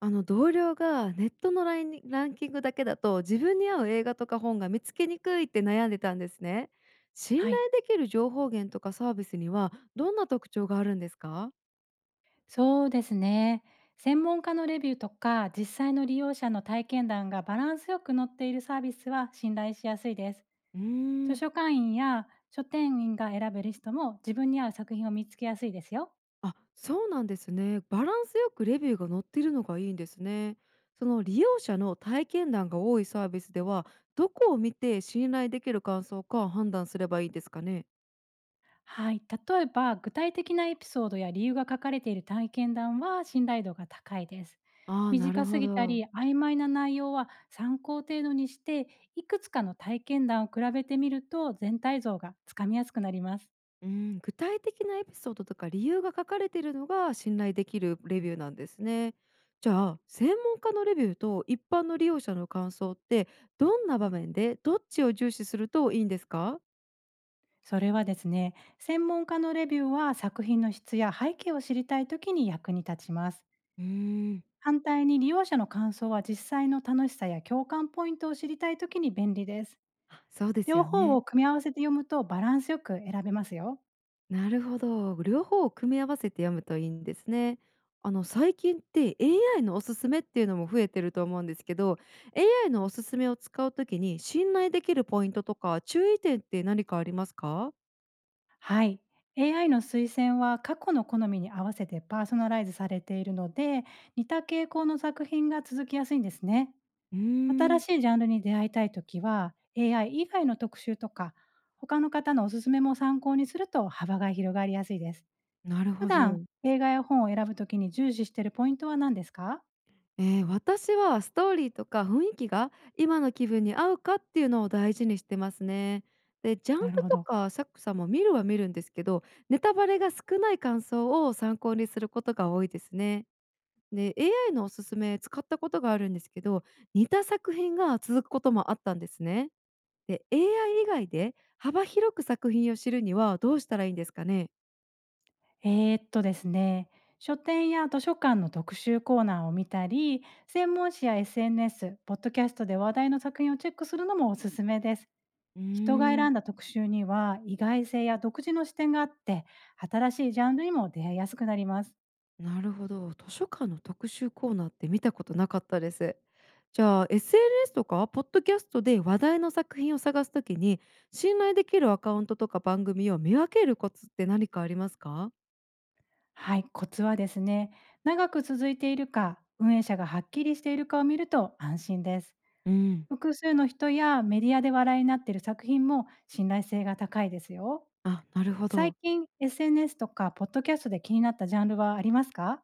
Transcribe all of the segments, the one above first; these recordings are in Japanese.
同僚がネットのラインランキングだけだと自分に合う映画とか本が見つけにくいって悩んでたんですね。信は頼い、できる情報源とかサービスにはどんな特徴があるんですか？そうですね。専門家のレビューとか実際の利用者の体験談がバランスよく載っているサービスは信頼しやすいです。うー図ん書館員や書店員が選ぶリストも自分に合う作品を見つけやすいですよ。あ、そうなんですね。バランスよくレビューが載っているのがいいんですね。その利用者の体験談が多いサービスでは、どこを見て信頼できる感想か判断すればいいですかね。はい、例えば具体的なエピソードや理由が書かれている体験談は信頼度が高いです。ああ、なる短すほぎたど。り曖昧な内容は参考程度にして、いくつかの体験談を比べてみると全体像がつかみやすくなります。うん、具体的なエピソードとか理由が書かれているのが信頼できるレビューなんですね。じゃあ専門家のレビューと一般の利用者の感想って、どんな場面でどっちを重視するといいんですか？それはですね、専門家のレビューは作品の質や背景を知りたいときに役に立ちます。うーん、反対に利用者の感想は実際の楽しさや共感ポイントを知りたいときに便利です。あ、そうです両よ方ね。を組み合わせて読むとバランスよく選べますよ。なるほど。両方を組み合わせて読むといいんですね。あの最近って、 AI のおすすめっていうのも増えてると思うんですけど、 AI のおすすめを使うときに信頼できるポイントとか注意点って何かありますか？はい。AI の推薦は過去の好みに合わせてパーソナライズされているので、似た傾向の作品が続きやすいんですね。うー新んしいジャンルに出会いたいときは、AI 以外の特集とか、他の方のおすすめも参考にすると幅が広がりやすいです。なる普ほ段、ど。映画や本を選ぶときに重視しているポイントは何ですか？ええ、私はストーリーとか雰囲気が今の気分に合うかっていうのを大事にしてますね。で、ジャンなルるほとど。か作者も見るは見るんですけど、ネタバレが少ない感想を参考にすることが多いですね。で、AI のおすすめ使ったことがあるんですけど、似た作品が続くこともあったんですね。で、AI 以外で幅広く作品を知るにはどうしたらいいんですかね？ですね、書店や図書館の特集コーナーを見たり、専門誌や SNS、ポッドキャストで話題の作品をチェックするのもおすすめです。う人がー選んだん。特集には意外性や独自の視点があって、新しいジャンルにも出会いやすくなります。なるほど。図書館の特集コーナーって見たことなかったです。じゃあ SNS とかポッドキャストで話題の作品を探すときに、信頼できるアカウントとか番組を見分けるコツって何かありますか？はい、コツはですね、長く続いているか、運営者がはっきりしているかを見ると安心です。うん、複数の人やメディアで話題になっている作品も信頼性が高いですよ。あ、なるほ最ど。近 SNS とかポッドキャストで気になったジャンルはありますか？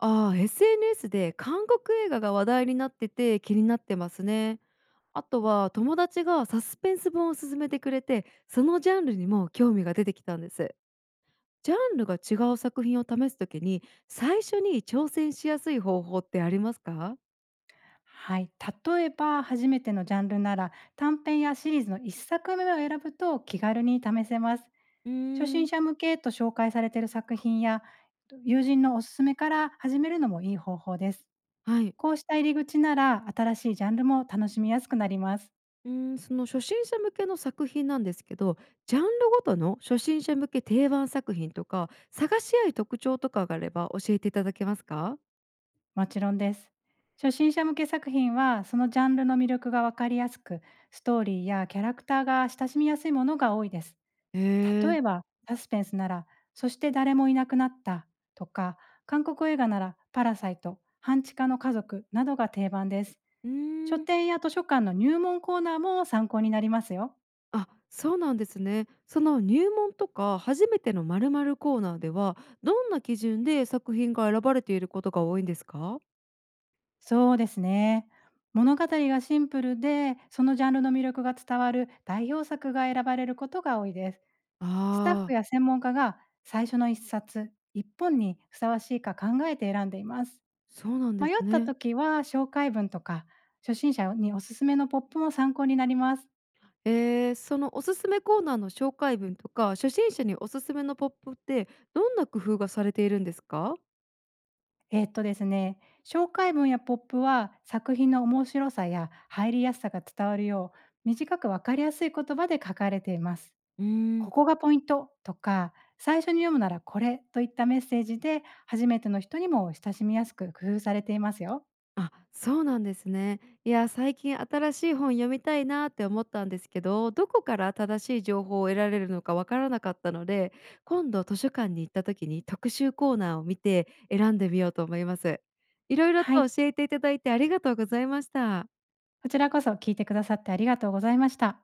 ああ、SNS で韓国映画が話題になってて気になってますね。あとは友達がサスペンス本を勧めてくれて、そのジャンルにも興味が出てきたんです。ジャンルが違う作品を試すときに、最初に挑戦しやすい方法ってありますか？はい、例えば初めてのジャンルなら短編やシリーズの1作目を選ぶと気軽に試せます。う初ー心ん。者向けと紹介されている作品や友人のおすすめから始めるのもいい方法です。はい。こうした入り口なら、新しいジャンルも楽しみやすくなります。うーん、その初心者向けの作品なんですけど、ジャンルごとの初心者向け定番作品とか、探し合い特徴とかがあれば教えていただけますか？もちろんです。初心者向け作品は、そのジャンルの魅力がわかりやすく、ストーリーやキャラクターが親しみやすいものが多いです。へ例え。えば、サスペンスなら、そして誰もいなくなった、とか、韓国映画なら、パラサイト、半地下の家族などが定番です。うー書ん。店や図書館の入門コーナーも参考になりますよ。あ、そうなんですね。その入門とか初めての〇〇コーナーでは、どんな基準で作品が選ばれていることが多いんですか？そうですね。物語がシンプルで、そのジャンルの魅力が伝わる代表作が選ばれることが多いです。スタッああフやー、専門家が最初の一冊、一本にふさわしいか考えて選んでいます。そうなんで迷っすたね。時は紹介文とか、初心者におすすめのポップも参考になります。えー、そのおすすめコーナーの紹介文とか、初心者におすすめのポップって、どんな工夫がされているんですか？ですね、紹介文やポップは作品の面白さや入りやすさが伝わるよう、短くわかりやすい言葉で書かれています。うーこん。こがポイントとか、最初に読むならこれといったメッセージで、初めての人にも親しみやすく工夫されていますよ。あ、そうなんですね。いや、最近新しい本読みたいなって思ったんですけど、どこから正しい情報を得られるのかわからなかったので、今度図書館に行った時に特集コーナーを見て選んでみようと思います。いろいろはとい、教えていただいてありがとうございました。こちらこそ聞いてくださってありがとうございました。